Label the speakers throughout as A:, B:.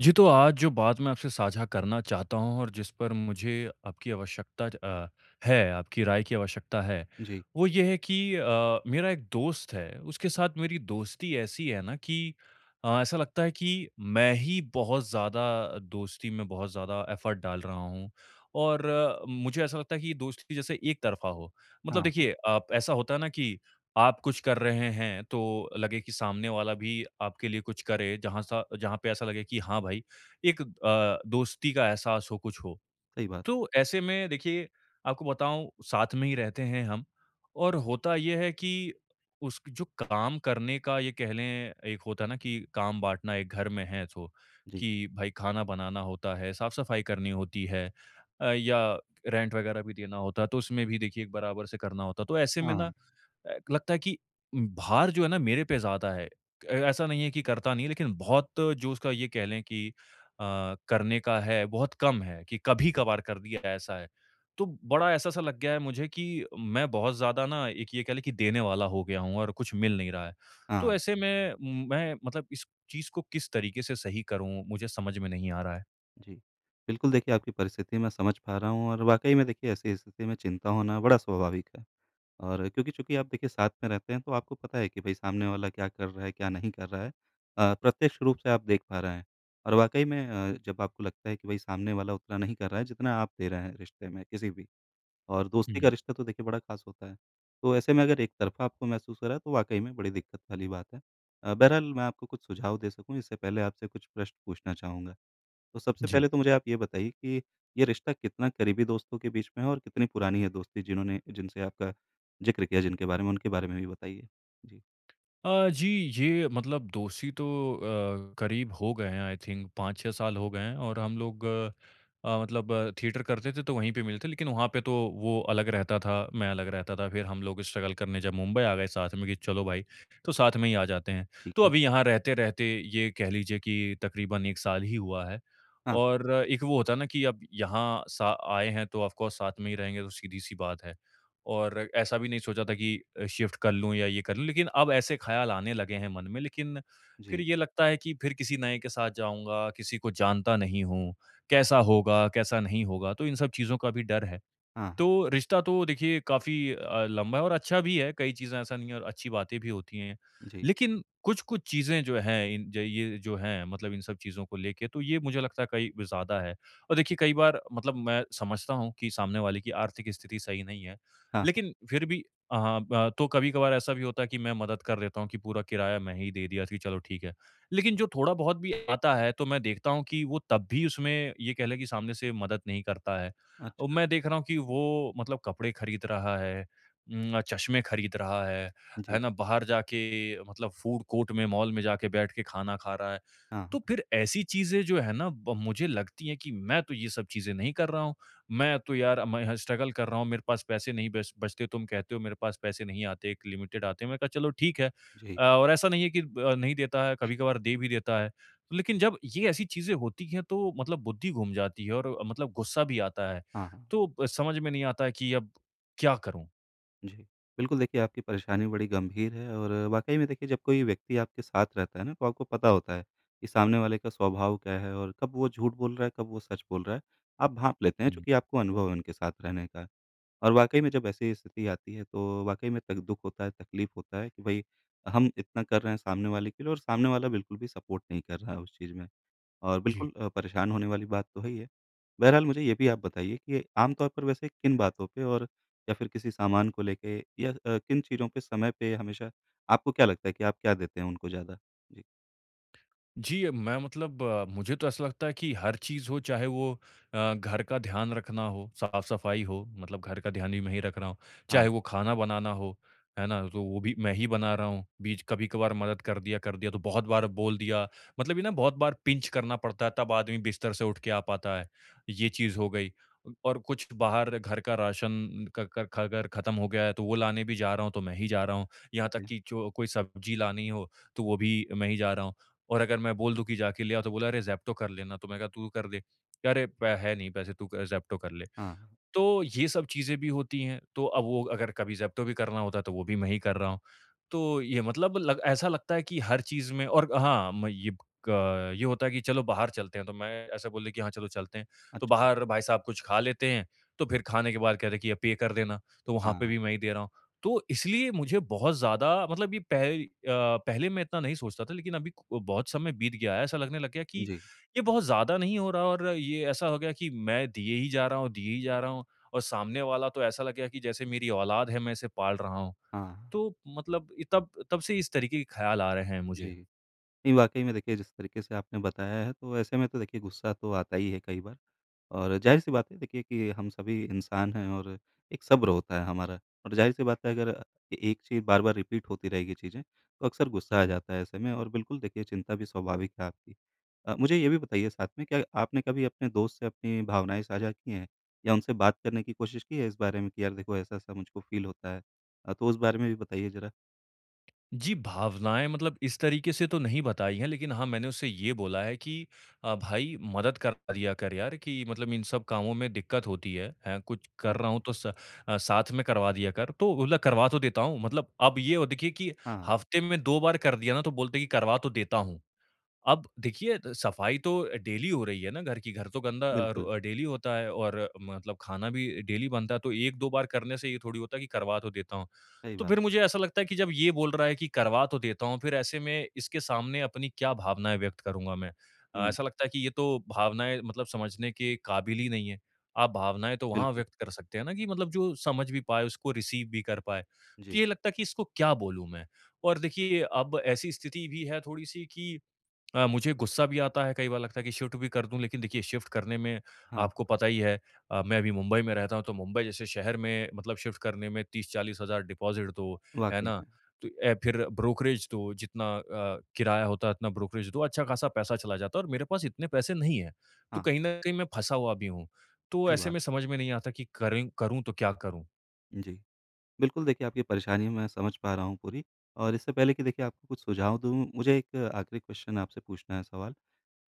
A: जी, तो आज जो बात मैं आपसे साझा करना चाहता हूँ और जिस पर मुझे आपकी आवश्यकता अ, है, आपकी राय की आवश्यकता है,
B: जी।
A: वो ये है कि मेरा एक दोस्त है, उसके साथ मेरी दोस्ती ऐसी है ना कि ऐसा लगता है कि मैं ही बहुत ज़्यादा दोस्ती में बहुत ज़्यादा एफ़र्ट डाल रहा हूँ और मुझे ऐसा लगता है कि ये दोस्ती जैसे एक तरफ़ा हो। मतलब
B: हाँ, हाँ,
A: देखिए, आप ऐसा होता है ना कि आप कुछ कर रहे हैं तो लगे कि सामने वाला भी आपके लिए कुछ करे जहाँ पे ऐसा लगे कि हाँ भाई एक दोस्ती का एहसास हो कुछ हो।
B: सही बात।
A: तो ऐसे में देखिए आपको बताऊँ साथ में ही रहते हैं हम और होता ये है कि उस जो काम करने का ये कह लें एक होता है ना कि काम बाँटना एक घर में है तो
B: जी।
A: कि भाई खाना बनाना होता है, साफ-सफाई करनी होती है या रेंट वगैरह भी देना होता है तो उसमें भी देखिए एक बराबर से करना होता है। तो ऐसे में
B: हाँ।
A: ना लगता है कि भार जो है ना मेरे पे ज़्यादा है। ऐसा नहीं है कि करता नहीं लेकिन बहुत जो उसका ये कह लें कि अ, करने का है बहुत कम है कि
B: जी।
A: कभी-कभार कर दिया ऐसा है। तो बड़ा ऐसा-सा लग गया है मुझे कि मैं बहुत ज़्यादा ना एक ये कह लें कि देने वाला हो गया हूँ और कुछ मिल नहीं रहा है।
B: हाँ।
A: तो ऐसे में मैं मतलब इस चीज़ को किस तरीके से सही करूँ मुझे समझ में नहीं आ रहा है।
B: जी। बिल्कुल देखिए, आपकी परिस्थिति मैं समझ पा रहा हूँ और वाक़ई में देखिए ऐसी स्थिति में चिंता होना बड़ा स्वाभाविक है। और क्योंकि चूँकि आप देखिए साथ में रहते हैं तो आपको पता है कि भई सामने वाला क्या कर रहा है, क्या नहीं कर रहा है। प्रत्यक्ष रूप से आप देख पा रहे हैं। और वाक़ई में जब आपको लगता है कि भई सामने वाला उतना नहीं कर रहा है जितना आप दे रहे हैं रिश्ते में किसी भी। और दोस्ती का
A: हुँ,
B: रिश्ता तो देखिए बड़ा ख़ास होता है। तो ऐसे में अगर एक तरफ़ा आपको महसूस हो रहा है तो वाक़ई में बड़ी दिक्कत वाली बात है। बहरहाल मैं आपको कुछ सुझाव दे सकूँ इससे पहले आपसे कुछ प्रश्न पूछना चाहूँगा। तो सबसे
A: जी।
B: पहले तो मुझे आप ये बताइए कि ये रिश्ता कितना करीबी दोस्तों के बीच में है और कितनी पुरानी है दोस्ती, जिन्होंने जिनसे आपका ज़िक्र किया जिनके बारे में उनके बारे में भी बताइए? जी।
A: जी, ये मतलब दोषी तो करीब हो गए हैं आई थिंक 5-6 साल हो गए हैं और हम लोग मतलब थिएटर करते थे तो वहीं पे मिलते लेकिन वहाँ पे तो वो अलग रहता था, मैं अलग रहता था। फिर हम लोग स्ट्रगल करने जब मुंबई आ गए साथ में कि चलो भाई, तो साथ में ही आ जाते हैं। तो
B: ठीक है।
A: अभी यहाँ रहते-रहते ये कह लीजिए कि तकरीबन 1 साल ही हुआ है
B: हाँ।
A: और एक वो होता है ना कि अब यहाँ सा आए हैं तो ऑफ कोर्स साथ में ही रहेंगे तो सीधी-सी बात है। और ऐसा भी नहीं सोचा था कि शिफ्ट कर लूँ या ये कर लूँ, लेकिन अब ऐसे ख़्याल आने लगे हैं मन में। लेकिन फिर
B: जी।
A: ये लगता है कि फिर किसी नए के साथ जाऊँगा, किसी को जानता नहीं हूँ, कैसा होगा, कैसा नहीं होगा? तो इन सब चीज़ों का भी डर है।
B: हाँ।
A: तो रिश्ता तो देखिए काफ़ी लंबा है और अच्छा भी है, कई चीज़ें ऐसा नहीं है और अच्छी बातें भी होती हैं।
B: जी।
A: लेकिन कुछ-कुछ चीज़ें जो हैं इन ज ये जो हैं मतलब इन सब चीज़ों को लेके तो ये मुझे लगता है कई ज़्यादा है। और देखिए कई बार मतलब मैं समझता हूँ कि सामने वाले की आर्थिक स्थिति सही नहीं है,
B: हाँ,
A: लेकिन फिर भी तो कभी-कभार ऐसा भी होता है कि मैं मदद कर देता हूँ कि पूरा किराया मैं ही दे दिया कि चलो ठीक है। लेकिन जो थोड़ा-बहुत भी आता है तो मैं देखता हूँ कि वो तब भी उसमें ये कह लें कि सामने से मदद नहीं करता है।
B: हाँ।
A: और
B: अच्छा।
A: मैं देख रहा हूँ कि वो मतलब कपड़े खरीद रहा है चश्मे खरीद रहा है
B: जी।
A: ना? बाहर जाके मतलब फूड कोर्ट में, मॉल में जाके बैठ के खाना खा रहा है।
B: हाँ,
A: तो
B: हाँ।
A: फिर ऐसी चीज़ें जो है ना ब मुझे लगती हैं कि मैं तो ये सब चीज़ें नहीं कर रहा हूँ। मैं तो यार मैं स्ट्रगल कर रहा हूँ, मेरे पास पैसे नहीं बच बचते। तुम कहते हो मेरे पास पैसे नहीं आते, एक लिमिटेड आते हैं। मैंने कहा चलो ठीक है
B: जी।
A: और ऐसा नहीं है कि नहीं देता है, कभी-कभार दे भी देता है। लेकिन जब ये ऐसी चीज़ें होती हैं तो मतलब बुद्धि घूम जाती है और मतलब गुस्सा भी आता है।
B: हाँ, हाँ।
A: तो समझ में नहीं आता है कि अब क्या करूँ?
B: जी। बिल्कुल देखिए, आपकी परेशानी बड़ी गंभीर है और वाक़ई में देखिए जब कोई व्यक्ति आपके साथ रहता है ना तो आपको पता होता है कि सामने वाले का स्वभाव क्या है और कब वो झूठ बोल रहा है, कब वो सच बोल रहा है। आप भाँप लेते हैं
A: हुँ।
B: चूँकि आपको अनुभव है उनके साथ रहने का। और वाक़ई में जब ऐसी स्थिति आती है तो वाक़ई में तक दुःख होता है, तकलीफ़ होता है कि भई हम इतना कर रहे हैं सामने वाले के लिए और सामने वाला बिल्कुल भी सपोर्ट नहीं कर रहा है उस चीज़ में। और बिल्कुल परेशान होने वाली बात तो है ही है। बहरहाल मुझे ये भी आप बताइए कि आम तौर पर वैसे किन बातों पे और या फिर किसी सामान को लेके, या किन चीज़ों पे समय पे हमेशा आपको क्या लगता है कि आप क्या देते हैं उनको ज़्यादा? जी।
A: जी, मैं मतलब मुझे तो ऐसा लगता है कि हर चीज़ हो, चाहे वो घर का ध्यान रखना हो, साफ-सफाई हो, मतलब घर का ध्यान भी मैं ही रख रहा हूँ।
B: हाँ।
A: चाहे वो खाना बनाना हो, है ना? तो वो भी मैं ही बना रहा हूँ। बीच कभी-कभार मदद कर दिया तो बहुत बार बोल दिया। मतलब ये ना बहुत बार पिंच करना पड़ता है, तब आदमी बिस्तर से उठ के आ पाता है। ये चीज़ हो गई। और कुछ बाहर घर का राशन क क ख अगर ख़त्म हो गया है, तो वो लाने भी जा रहा हूँ, तो मैं ही जा रहा हूँ। यहाँ
B: ठीक
A: तक
B: है।
A: कि जो कोई सब्ज़ी लानी हो, तो वो भी मैं ही जा रहा हूँ। और अगर मैं बोल दूँ कि जाके ले आओ तो बोला अरे ज़ेप्टो कर लेना, तो मैंने कहा तू कर दे, कि अरे प है नहीं पैसे तू ज़ेप्टो कर ले।
B: हाँ, हाँ।
A: तो ये सब चीज़ें भी होती हैं, तो अब वो अगर कभी ज़ेप्टो भी करना होता है, तो वो भी मैं ही कर रहा हूँ। तो ये मतलब लग ऐसा लगता है कि हर चीज़ में और हाँ, मैं ये क ये होता है कि चलो बाहर चलते हैं, तो मैं ऐसा बोले कि हाँ, चलो चलते हैं। तो
B: अच्छा।
A: बाहर भाई साहब कुछ खा लेते हैं, तो फिर खाने के बाद कहते हैं कि, "ये पे कर देना।" तो वहाँ पे
B: हाँ।
A: भी मैं ही दे रहा हूँ। तो इसलिए मुझे बहुत ज़्यादा मतलब पहले मैं इतना नहीं सोचता था, लेकिन अभी क बहुत समय बीत गया है, ऐसा लगने लग गया कि
B: जी।
A: ये बहुत ज़्यादा नहीं हो रहा और ये ऐसा हो गया कि मैं दिए ही जा रहा हूँ, दिए ही जा रहा हूँ। और सामने वाला तो ऐसा लगेगा कि जैसे मेरी औलाद है, मैं इसे पाल रहा हूँ।
B: हाँ, हाँ।
A: तो मतलब इ तब तब से इस तरीके के ख़्याल आ रहे हैं मुझे।
B: जी। नहीं, वाक़ई में देखिए जिस तरीके से आपने बताया है तो ऐसे में तो देखिए गुस्सा तो आता ही है कई बार। और ज़ाहिर-सी बात है देखिए कि हम सभी इंसान हैं और एक सब्र होता है हमारा। और ज़ाहिर-सी बात है, अगर एक चीज़ बार-बार रिपीट होती रहेगी चीज़ें, तो अक्सर गुस्सा आ
A: हुँ।
B: जाता है ऐसे में और बिल्कुल देखिए चिंता भी स्वाभाविक है आपकी। मुझे ये भी बताइए साथ में, क्या आपने कभी अपने दोस्त से अपनी भावनाएँ साझा की हैं या उनसे बात करने की कोशिश की है इस बारे में कि यार देखो ऐसा-ऐसा मुझको फ़ील होता है? तो उस बारे में भी बताइए ज़रा।
A: जी, भावनाएँ मतलब इस तरीके से तो नहीं बताई हैं, लेकिन हाँ, मैंने उससे ये बोला है कि "भाई मदद करा दिया कर यार कि मतलब इन सब कामों में दिक्कत होती है, हैं, कुछ
B: हाँ,
A: कर रहा हूँ तो साथ में करवा दिया कर।" तो बोला करवा तो देता हूँ, मतलब अब ये हो देखिए कि
B: हाँ,
A: हफ़्ते में 2 बार कर दिया ना तो बोलते हैं कि करवा तो देता हूँ। अब देखिए त सफाई तो डेली हो रही है ना घर की, घर तो गंदा
B: बिल्कुल।
A: डेली होता है और मतलब खाना भी डेली बनता है, तो 1-2 बार करने से ये थोड़ी होता है कि करवा तो देता हूँ।
B: सही
A: तो
B: बात।
A: फिर मुझे ऐसा लगता है कि जब ये बोल रहा है कि करवा तो देता हूँ, फिर ऐसे में इसके सामने अपनी क्या भावनाएँ व्यक्त करूँगा मैं?
B: हुँ।
A: ऐसा लगता है कि ये तो भावनाएँ मतलब समझने के काबिल ही नहीं है। आप भावनाएँ तो वहाँ
B: बिल्कुल।
A: व्यक्त कर सकते हैं ना कि मतलब जो समझ भी पाए, उसको रिसीव भी कर पाए। तो
B: जी।
A: ये लगता है कि इसको क्या बोलूँ मैं? और देखिए अब ऐसी स्थिति भी है थोड़ी-सी कि मुझे गुस्सा भी आता है, कई बार लगता है कि शिफ्ट भी कर दूँ, लेकिन देखिए शिफ्ट करने में
B: हाँ,
A: आपको
B: हाँ।
A: पता ही है मैं अभी मुंबई में रहता हूँ, तो मुंबई जैसे शहर में मतलब शिफ्ट करने में 30-40 हज़ार डिपॉज़िट दो, है
B: वाक़ई
A: ना?
B: में।
A: तो ए फिर ब्रोकरेज दो, जितना किराया होता है, इतना ब्रोकरेज दो, अच्छा-खासा पैसा चला जाता है और मेरे पास इतने पैसे नहीं हैं। तो
B: हाँ।
A: कहीं न कहीं मैं फँसा हुआ भी हूँ। तो
B: सही
A: ऐसे
B: बात
A: में
B: है।
A: समझ में नहीं आता कि करें करूँ तो क्या करूँ?
B: जी। बिल्कुल, देखिए आपकी परेशानी मैं समझ पा रहा हूँ पूरी। और इससे पहले कि देखिए आपको कुछ सुझाव दूँ, मुझे एक आखिरी क्वेश्चन आपसे पूछना है, सवाल।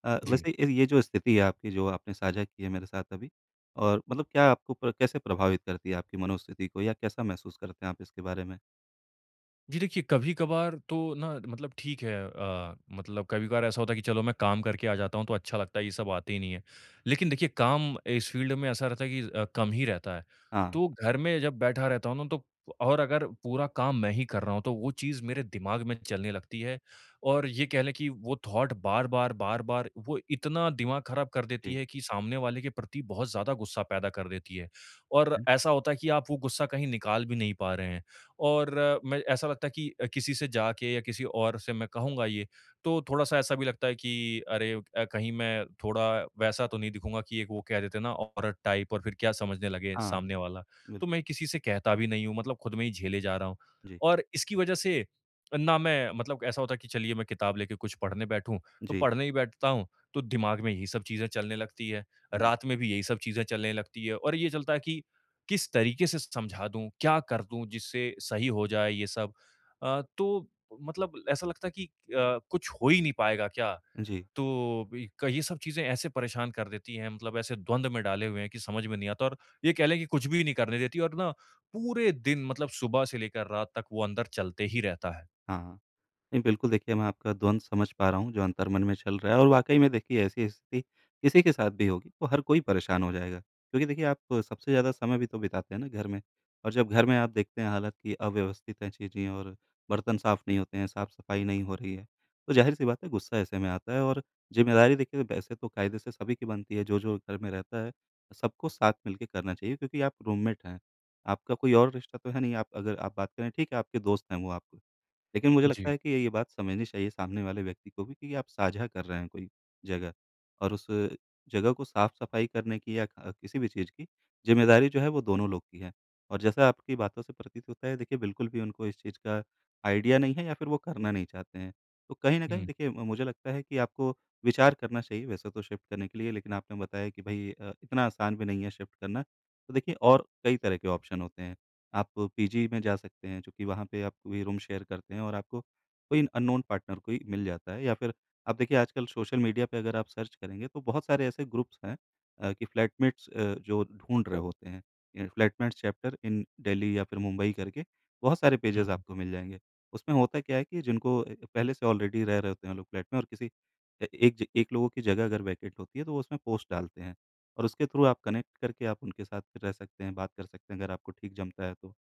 A: जी।
B: वैसे ये जो स्थिति है आपकी, जो आपने साझा की है मेरे साथ अभी, और मतलब क्या आपको प्र कैसे प्रभावित करती है आपकी मनोस्थिति को या कैसा महसूस करते हैं आप इसके बारे में?
A: जी देखिए, कभी-कभार तो ना मतलब ठीक है मतलब कभी-कभार ऐसा होता है कि चलो मैं काम करके आ जाता हूँ तो अच्छा लगता है, ये सब आते ही नहीं है। लेकिन देखिए काम इस फ़ील्ड में ऐसा रहता है कि कम ही रहता है।
B: हाँ।
A: तो घर में जब बैठा रहता हूँ ना तो और अगर पूरा काम मैं ही कर रहा हूँ तो वो चीज़ मेरे दिमाग में चलने लगती है और ये कह लें कि वो थॉट बार-बार, बार-बार वो इतना दिमाग ख़राब कर देती
B: जी।
A: है कि सामने वाले के प्रति बहुत ज़्यादा गुस्सा पैदा कर देती है। और
B: हुँ।
A: ऐसा होता है कि आप वो गुस्सा कहीं निकाल भी नहीं पा रहे हैं। और मैं ऐसा लगता है कि किसी से जाके या किसी और से मैं कहूँगा ये, तो थोड़ा-सा ऐसा भी लगता है कि अरे कहीं मैं थोड़ा वैसा तो नहीं दिखूँगा कि एक वो कह देते हैं ना औरत टाइप और फिर क्या समझने लगे
B: हाँ, हाँ,
A: सामने वाला।
B: बिल्कुल।
A: तो मैं किसी से कहता भी नहीं हूँ, मतलब खुद में ही झेले जा रहा हूँ।
B: जी।
A: और इसकी वजह से ना मैं मतलब ऐसा होता है कि चलिए मैं किताब लेके कुछ पढ़ने बैठूँ, तो
B: जी।
A: पढ़ने ही बैठता हूँ, तो दिमाग में यही सब चीज़ें चलने लगती है।
B: जी।
A: रात में भी यही सब चीज़ें चलने लगती है और ये चलता है कि किस तरीके से समझा दूँ, क्या कर दूँ जिससे सही हो जाए ये सब? तो मतलब ऐसा लगता है कि कुछ हो ही नहीं पाएगा क्या?
B: जी।
A: तो इ क ये सब चीज़ें ऐसे परेशान कर देती हैं मतलब ऐसे द्वंद में डाले हुए हैं कि समझ में नहीं आता और ये कह लें कि कुछ भी नहीं करने देती और ना पूरे दिन मतलब सुबह से लेकर रात तक वो अंदर चलते ही रहता है।
B: हाँ, हाँ। नहीं, बिल्कुल देखिए मैं आपका द्वंद समझ पा रहा हूँ जो अंतर्मन में चल रहा है, और वाक़ई में देखिए ऐसी स्थिति किसी के साथ भी होगी तो हर कोई परेशान हो जाएगा। क्योंकि देखिए आप सबसे ज़्यादा समय भी तो बिताते हैं ना घर में। और जब घर में आप देखते हैं हालात कि अव्यवस्थित हैं चीज़ें और बर्तन साफ़ नहीं होते हैं, साफ़-सफ़ाई नहीं हो रही है, तो ज़ाहिर-सी बात है गुस्सा ऐसे में आता है। और ज़िम्मेदारी देखिए वैसे तो कायदे से सभी की बनती है, जो-जो घर में रहता है, सबको साथ मिलके करना चाहिए, क्योंकि आप रूममेट हैं। आपका कोई और रिश्ता तो है नहीं, आप अगर आप बात करें ठीक है आपके दोस्त हैं वो आपको, लेकिन मुझे लगता
A: जी।
B: है कि ये बात समझनी चाहिए सामने वाले व्यक्ति को भी कि आप साझा कर रहे हैं कोई जगह, और उस जगह को साफ-सफाई करने की या ख किसी भी चीज़ की ज़िम्मेदारी जो है वो दोनों लोग की है। और जैसा आपकी बातों से प्रतीत होता है देखिए बिल्कुल भी उनको इस चीज़ का आइडिया नहीं है या फिर वो करना नहीं चाहते हैं। तो कहीं न कहीं
A: हुँ,
B: देखिए म मुझे लगता है कि आपको विचार करना चाहिए वैसे तो शिफ्ट करने के लिए, लेकिन आपने बताया कि भई इतना आसान भी नहीं है शिफ्ट करना। तो देखिए और कई तरह के ऑप्शन होते हैं। आप पीजी में जा सकते हैं, जो कि वहाँ पे आप कोई रूम शेयर करते हैं और आपको कोई अननोन पार्टनर कोई मिल जाता है, या फिर आप देखिए आजकल सोशल मीडिया पे अगर आप सर्च करेंगे तो बहुत सारे ऐसे ग्रुप्स हैं कि फ्लैटमेट्स जो ढूँढ रहे होते हैं। ये फ्लैटमेट्स चैप्टर इन दिल्ली या फिर मुंबई करके बहुत सारे
A: हुँ,
B: पेजेज़
A: हुँ।
B: आपको मिल जाएँगे। उसमें होता क्या है कि जिनको पहले से ऑलरेडी रह रहे होते हैं वो लोग फ्लैट में और किसी एक ज एक लोगों की जगह अगर वैकेंट होती है तो वो उसमें पोस्ट डालते हैं, और उसके थ्रू आप कनेक्ट करके आप उनके साथ फिर रह सकते हैं, बात कर सकते हैं अगर आपको ठीक जमता है तो।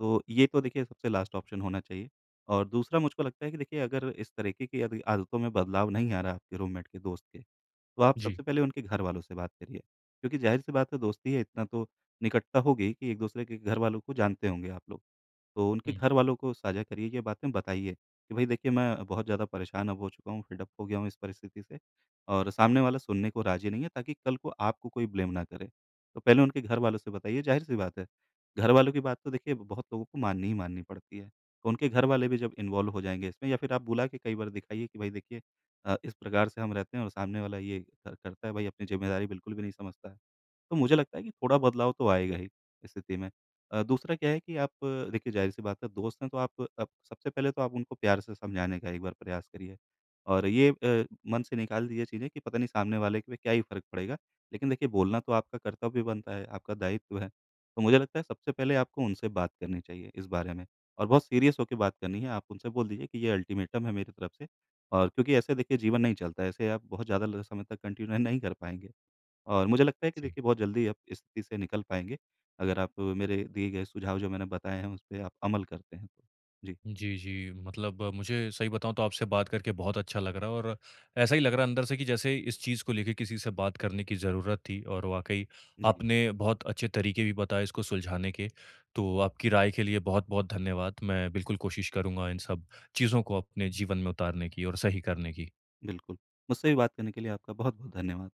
B: तो ये तो देखिए सबसे लास्ट ऑप्शन होना चाहिए। और दूसरा, मुझको लगता है कि देखिए अगर इस तरीके की आदतों में बदलाव नहीं आ रहा आपके रूममेट के दोस्त के, तो आप
A: जी,
B: सबसे पहले उनके घरवालों से बात करिए, क्योंकि ज़ाहिर-सी बात है दोस्ती है इतना तो निकटता होगी कि एक-दूसरे के घरवालों को जानते होंगे आप लोग। तो उनके
A: हुँ,
B: घरवालों को साझा करिए, ये बातें बताइए कि भई देखिए मैं बहुत ज़्यादा परेशान अब हो चुका हूँ, फ़िड अप हो गया हूँ इस परिस्थिति से, और सामने वाला सुनने को राज़ी नहीं है, ताकि कल को आपको कोई ब्लेम ना करे। तो पहले उनके घरवालों से बताइए, ज़ाहिर-सी बात है, घरवालों की बात तो देखिए बहुत लोगों को माननी ही माननी पड़ती है। तो उनके घरवाले भी जब इन्वॉल्व हो जाएँगे इसमें, या फिर आप बुला के कई बार दिखाइए कि भई देखिए इस प्रकार से हम रहते हैं और सामने वाला ये क करता है, भाई अपनी ज़िम्मेदारी बिल्कुल भी नहीं समझता है। तो मुझे लगता है कि थोड़ा बदलाव तो आएगा ही स्थिति में। दूसरा क्या है कि आप देखिए ज़ाहिर-सी बात है दोस्त हैं, तो आप सबसे पहले तो आप उनको प्यार से समझाने का एक बार प्रयास करिए, और ये मन से निकाल दीजिए चीज़ें कि पता नहीं सामने वाले पे क्या ही फ़र्क पड़ेगा। लेकिन देखिए बोलना तो आपका कर्तव्य बनता है, आपका दायित्व है। तो मुझे लगता है सबसे पहले आपको उनसे बात करनी चाहिए इस बारे में, और बहुत सीरियस होके बात करनी है। आप उनसे बोल दीजिए कि ये अल्टीमेटम है मेरी तरफ से, और क्योंकि ऐसे देखिए जीवन नहीं चलता है, ऐसे आप बहुत ज़्यादा ल समय तक कंटिन्यू नहीं कर पाएँगे। और मुझे लगता है कि
A: जी।
B: देखिए बहुत जल्दी आप इस स्थिति से निकल पाएँगे, अगर आप मेरे दिए गए सुझाव जो मैंने बताए हैं उस पे आप अमल करते हैं तो। जी।
A: जी, जी। मतलब मुझे सही बताऊँ तो आपसे बात करके बहुत अच्छा लग रहा है और ऐसा ही लग रहा है अंदर से कि जैसे इस चीज़ को लेके किसी से बात करने की ज़रूरत थी और वाक़ई
B: जी,
A: आपने बहुत अच्छे तरीके भी बताए इसको सुलझाने के। तो आपकी राय के लिए बहुत-बहुत धन्यवाद। मैं बिल्कुल कोशिश करूँगा इन सब चीज़ों को अपने जीवन में उतारने की और सही करने की।
B: बिल्कुल। मुझसे भी बात करने के लिए आपका बहुत-बहुत धन्यवाद।